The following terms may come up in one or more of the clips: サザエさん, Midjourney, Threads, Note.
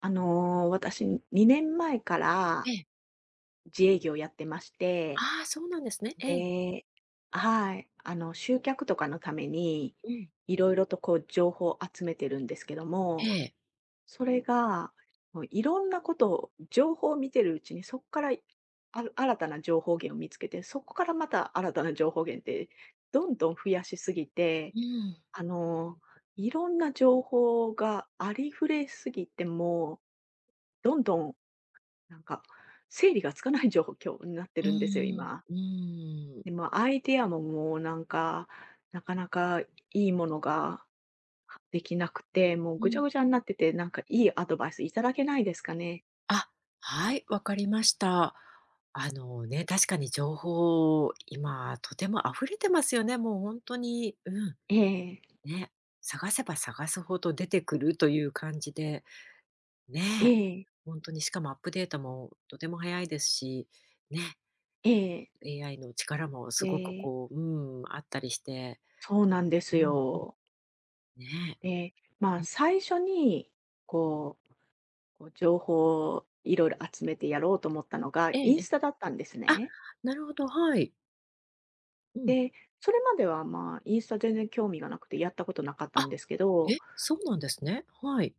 私2年前からええ。自営業やってまして、ああ、そうなんですね。ええ。で、はい、集客とかのために、うん。いろいろとこう情報を集めてるんですけどえも、え。それが、もういろんなことを情報を見てるうちに、そこからある新たな情報源を見つけて、そこからまた新たな情報源って、どんどん増やしすぎて、うん。あの、いろんな情報がありふれすぎて、もうどんどんなんか、整理がつかない状況になってうーるんですよ、ん。今。うーん。で、もアイデアももうなんか、なかなかいいものができなくて、もううぐちゃん。ぐちゃになってて、なんかいいアドバイスいただけないですかね？あ、はい、わかりました。あのね、確かに情報、今とても溢れてますよね。もうほんとに、うん、ええ、ね、探せば探すほど出てくるという感じで、えね。え、ほんとにしかもアップデートもとても早いですし、ね、ええ、AI の力もすえごくえ、こう、うん、あったりして、そうなんでうすん、よ。ね。で、まあ、うん、最初に、こうこう情報をいろいろ集めてやろうと思ったのが、ええインえスえ。タだったんですあ、ね。なるほど、はい。うん。で、それまでは、まあ、インスタ全然興味がなくてやったことなかったんあ、ですけど、え、そうなんですね。はい。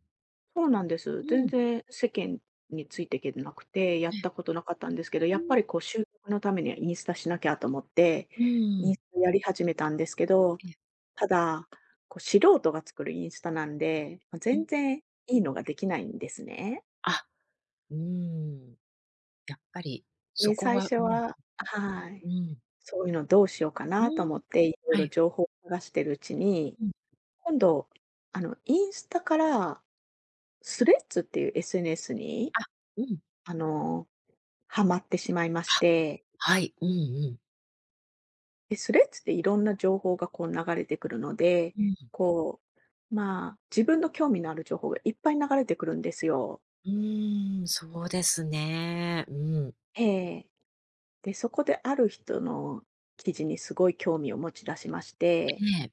そうなんです。全うん。然世間についていけなくて、やっえたことなかったんですけど、やうっぱん。りこう集客のためにはインスタしなきゃと思って、うーインん。スタやり始めたんですけど、えただ、こう素人が作るインスタなんで、ま、う全ん。然いいのができないんですね。あ、うーん。やっぱり、そで、こ最は初うん、ははうい。ん、そういうのどうしようかうなと思ーん。って、いろいはろい。情報を探してるうちに、うん。今度、インスタから、スレッズっていう SNS に、あ、うん。あの、ハマってしまいましあ、て、はい。うんうん。で、スレッズっていろんな情報がこう流れてくるので、うん。こう、まあ、自分の興味のある情報がいっぱい流れてくるんですよ。うーん、そうですね。うん。ええ。で、そこである人の記事にすごい興味を持ち出しまして、ええ。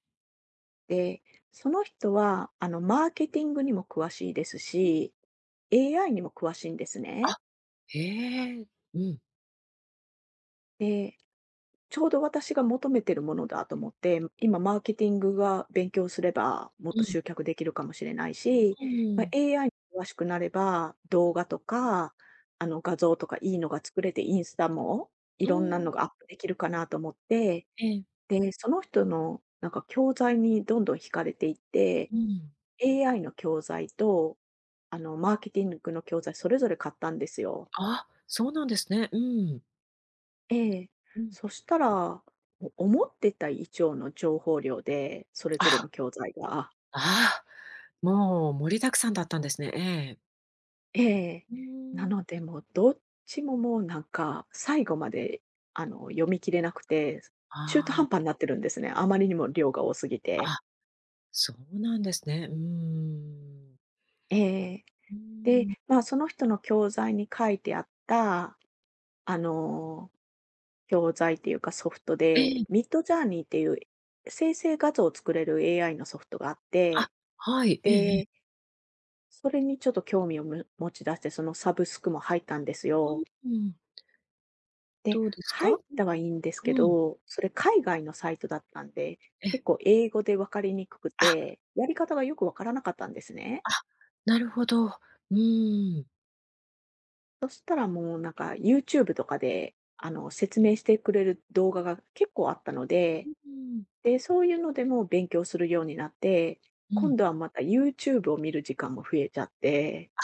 で、その人は、マーケティングにも詳しいですうん。し、AI にも詳しいんですあ、ね。へえ。うん。で、ちょうど私が求めてるものだと思って、今マーケティングが勉強すれば、もっうとん。集客できるかもしれないし、うまあ、ん。AI に詳しくなれば、動画とか、画像とかいいのが作れて、インスタもいうろんなのん。がアップできるかなと思って、ええ。で、その人のなんか教材にどんどん惹かれていって、うん。AI の教材と、マーケティングの教材それぞれ買ったんですよ。あ、そうなんですね。うん。ええ。うん。そしたら、思ってた以上の情報量で、それぞれのあ、教材が、ああ。もう盛りだくさんだったんですね。ええ。ええ。うーなん。ので、もうどっちももうなんか、最後まで、読み切れなくて、中途あ半あ、端になってるんですね。あまりにも量が多すぎて。あ、そうなんですね。うーん。ええ。うーで、ん。まあ、その人の教材に書いてあった、あの、教材っていうかソフトえで、え、Midjourney っていう生成画像を作れる AI のソフトがあっあ、て、はい、ええええ。でそれにちょっと興味を持ち出して、そのサブスクも入ったんですよ。うーん。で、どうです入っか？たはいいんですけうん、ど、それ海外のサイトだったんで、え結え。構英語で分かりにくくあ、て、やり方がよく分からなかったんですね。あ、なるほど。うーん。そしたらもうなんか YouTube とかで、説明してくれる動画が結構あったのうで、ーん。で、そういうのでも勉強するようになって、う今ん。度はまた YouTube を見る時間も増えちゃって。あ、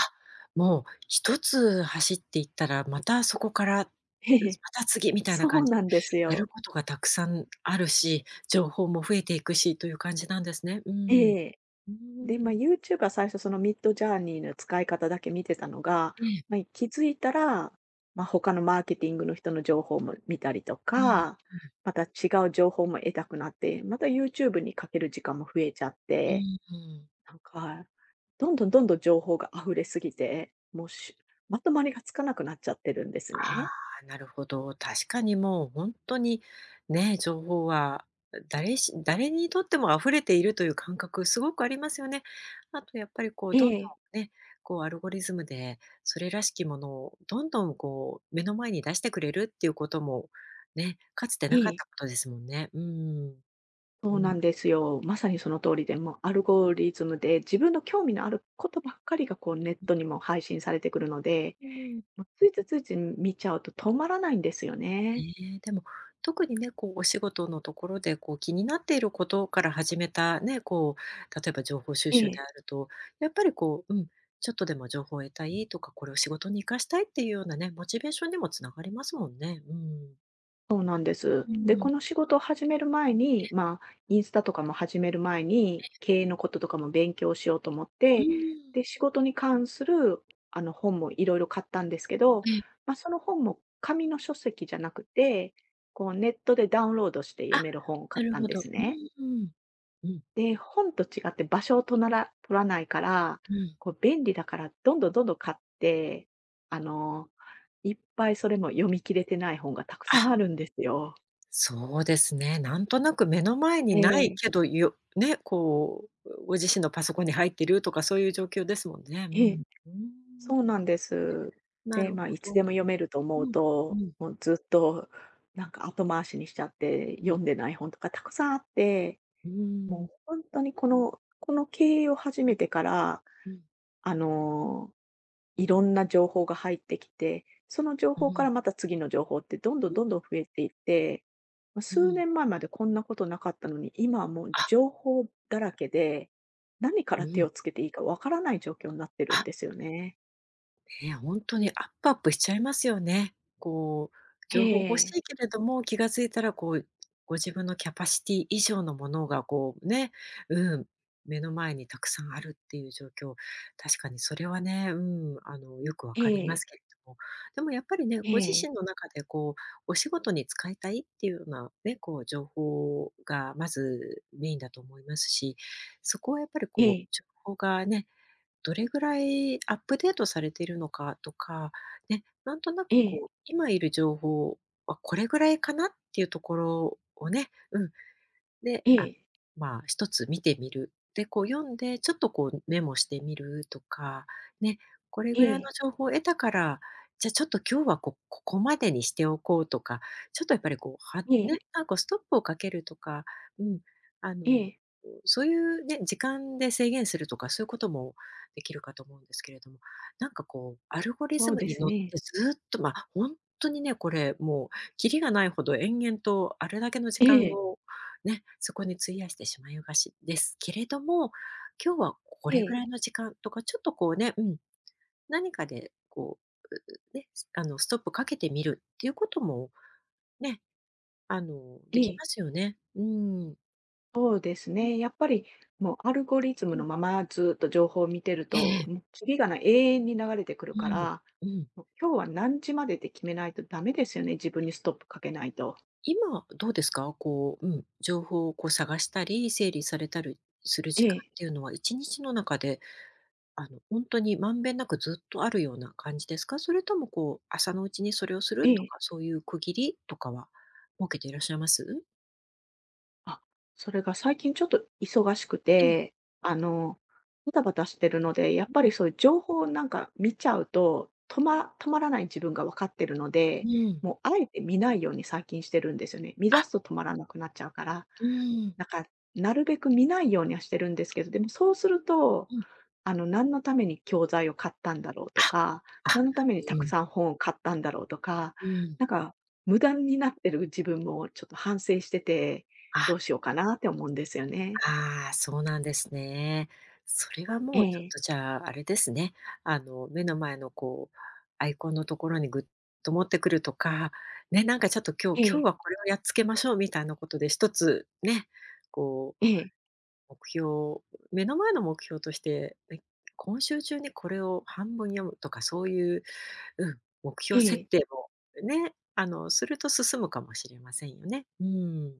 もう一つ走っていったら、またそこから、えうまえ、た次みたいなそ感うじなで、んですやるよ。ことがたくさんあるし、情報も増えていくしという感じなんですね。うん。ええ。うーで、まあ、ん。o u t u b e が最初そのミッドジャーニーの使い方だけ見てたのが、ええ、ま、気づいたら、まあ、他のマーケティングの人の情報も見たりとうん、か、また違う情報も得たくなって、また YouTube にかける時間も増えちゃっうて、ん。うんなんか、どんどんどんどん情報が溢れすぎて、もうまとまりがつかなくなっちゃってるんですあね。あ、なるほど。確かにもう本当にね、情報は誰にとっても溢れているという感覚すごくありますよね。あとやっぱりこうえどんどんえ、ね、こうアルゴリズムでそれらしきものをどんどんこう目の前に出してくれるっていうこともね、かつてえなかっえ。たことですもんね。うん。うそうん。なんですよ。まさにその通りで、もうアルゴリズムで自分の興味のあることばっかりがこうネットにも配信されてくるので、うん。もうついついついつい見ちゃうと止まらないんですよね。ねえ、でも、特にね、こうお仕事のところで、こう気になっていることから始めたね、こう、例えば情報収え集でえ。あると、やっぱりこう、うん、ちょっとでも情報を得たいとか、これを仕事に生かしたいっていうようなね、モチベーションにもつながりますもんね。うん。そうなんです。うで、こん、の仕事を始める前に、まあ、インスタとかも始める前に、経営のこととかも勉強しようと思っうーて、ん。で、仕事に関する、本もいろいろ買ったんですけど、ええ。まあ、その本も紙の書籍じゃなくて、こう、ネットでダウンロードして読あ、める本を買なっるたんほでど。すうんね。うんうんで、本と違って場所をとなら取らないかええなるほどら、うん、うん。こう、便利だから、どんどんどんどん買って、あの、いっぱいそれも読み切れてない本がたくあ。さんあるんですよ。そうですね。なんとなく目の前にえないえ、けど、よね、こう、ご自身のパソコンに入ってるとか、そういう状況ですもんね。うええ、ん。うーん、そうなんです。なで、るほまあ、いつど。でも読めると思ううん、うと、ん、もうずっとなんか後回しにしちゃってうん。読んでない本とかたくさんあって、うーもん、う本当にこの経営を始めてから、うん、あの、いろんな情報が入ってきて、その情う報からん、また次の情報ってどんどうんん、どんどん増えていって、ま、う数ん。年前までこんなことなかったのに、今はもうあ、情報だらけで、何かうら手ん、をつけていいかわからない状況になってるあ。んですよね。ね、ほんにアップアップしちゃいますよね。こう、え情報欲しえ、いけれども、気が付いたらこう、ご自分のキャパシティ以上のものがこうね、うん、目の前にたくさんあるっていう状況、確かにそれはね、うん、よくわえかりまえ、すけれども、でもやっぱりね、えご自え、身の中でこう、お仕事に使いたいっていうようなね、こう情報がまずメインだと思いますし、そこはやっぱりえこう、え、情報がね、どれぐらいアップデートされているのかとか、ね、なんとなえくえ、こう、今いる情報はこれぐらいかなっていうところをね、うん、で、えあ、え、まあ、一つ見てみる。で、こう読んで、ちょっとこうメモしてみるとか、ね、これえぐらいのえ、情報を得たから、じゃあちょっと今日はこここまでにしておこうとか、ちょっとやっぱりこう、はえね、え、なんかストップをかけるとか、うん、あえの、え、そういうね、時間で制限するとか、そういうこともできるかと思うんですけれども、なんかこう、アルゴリそズうムでにす乗っね。てずっと、本当にね、これもうキリがないほど延々とあれだけの時え間え、をね、そこに費やしてしまいがちですけれども、今日はこえれぐえ、らいの時間とか、ちょっとこうね、うん、何かでこう、ううね、すあの、ストップかけてみるっていうこともね、でえきえ、ますよね。うーん。そうですうんね。やっぱり、もうアルゴリズムうのん。ままずっと情報を見てるええと、えもえ。う次が永遠に流れてくるうかん、ら、うん。もう今日は何時までって決めないとダメですよね、自分にストップかけないと。今どうですか？こう、うん、情報をこう探したり、整理されたりするえ時間え、っていうのは、1日の中で本当にまんべんなくずっとあるような感じですか？それともこう、朝のうちにそれをするとえか、え。そういう区切りとかは設けていらっしゃいます？あ、それが最近ちょっと忙しくうん、て、あの、バタバタしてるので、やっぱうりん、そういう情報をなんか見ちゃうと、止まらない自分が分かってるのうで、ん。もうあえて見ないように最近してるんですよね。見出あ、すと止まらなくなっちゃうから。うん、なんか、なるべく見ないようにはしてるんですけど、でもそうすると、うん。何のために教材を買ったんだろうとか、あ、あ、何のためにたうくん、さん本を買ったんだろうとか、うん。なんか、無駄になってる自分もちょっと反省してて、どあ、うしようかなって思うんですよね。ああ、そうなんですね。それはえもうちょっえ、とじゃあ、あれですね、目の前のこう、アイコンのところにぐっと持ってくるとか、ね、なんかちょっと今え日今日え、はこれをやっつけましょうみたいなことで一つね、こうええ、目標目の前の目標として、ね、今週中にこれを半分読むとか、そういう、うん、目え標設え、定をね、すると進むかもしれませんよね。うん。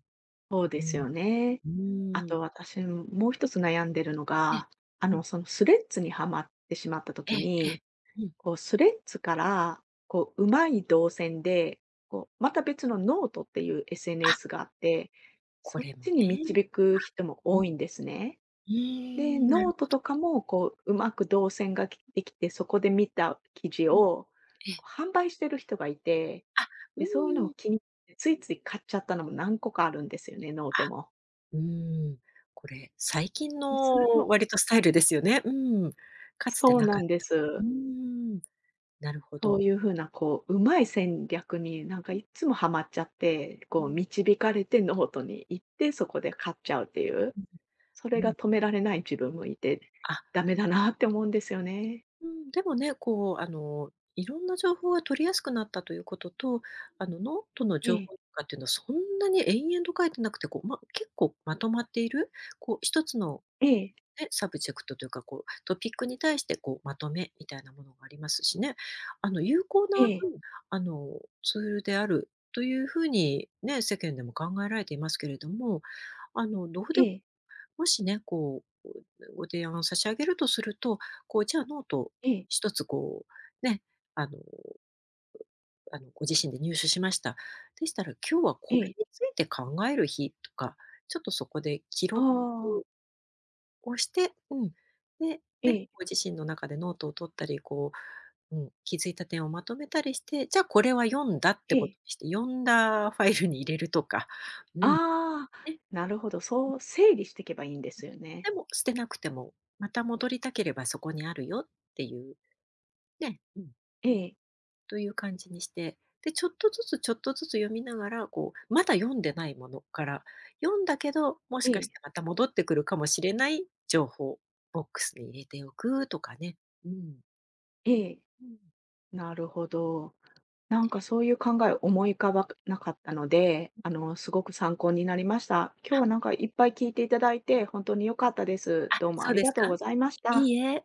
そううですん。よね。うあん。と私もう一つ悩んでるのええ。が、うん。そのスレッズにはまってしまったえ時えええ。に、うん。こう、スレッズから、こう、うまい動線で、こう、また別のノートっていう あ、SNS があって、こそっれもね。ちに導く人もう多ん。いんですね。うーで、ん、なノるートほとど。かも、こう、うまく動線ができて、そこで見た記事うん。をええ。販売してる人がいて、あ、うーで、そういうのもん。気に入って、ついつい買っちゃったのも何個かあるんですよね、ノートあ、も。うーん。これ、最近で、それのも割とスタイルですよね。うん。かつてそうなかなっんでた。うーす。ん、なるほそうど。いう風なこう、うまい戦略になんかうん、いつもハマっちゃって、うこうん導かれてノートに行って、そこで勝っちゃうっていう、それうんうがん。止められない自分もいて、あ、ダメだなって思うんですよね。うん、でもね、こう、いろんな情報が取りやすくなったということと、あの、ノートのえ情え、報とかっていうのはそんなに延々と書いてなくて、こう、ま、結構まとまっている、こう、一つのええ、ね、サブジェクトというか、こう、トピックに対して、こう、まとめみたいなものがありますしね。あの、有効な、えうえ、ん、ツールであるというふうにね、世間でも考えられていますけれども、あの、どうえでえ、もしね、こう、ご提案差し上げるとすると、こう、じゃあノートええ、一つこう、ね、あのご自身で入手しました。でしたら、今日はえこえ、れについて考える日とか、ちょっとそこで記あ録あ、をして、うん。で、えね、え、ご自身の中でノートを取ったり、こう、うん、気づいた点をまとめたりして、じゃあこれは読んだってえことえ、にして、読んだファイルに入れるとか、うん。ああ、ね、なるほど、そう整理していけばいいんですよね。でも捨てなくても、また戻りたければそこにあるよっていうね、うん、ええ、という感じにして、で、ちょっとずつちょっとずつ読みながら、こう、まだ読んでないものから、読んだけど、もしえかしてえ、また戻ってくるかもしれない情報、ボックスに入れておくとかね。うん。ええ、うん。なるほど。なんかそういう考え思い浮かばなかったので、すごく参考になりました。あ、今日はなんかいっぱい聞いていただいて、本当に良かったです。あ、どうもそあうりでがすとうか？ございました。いいえ。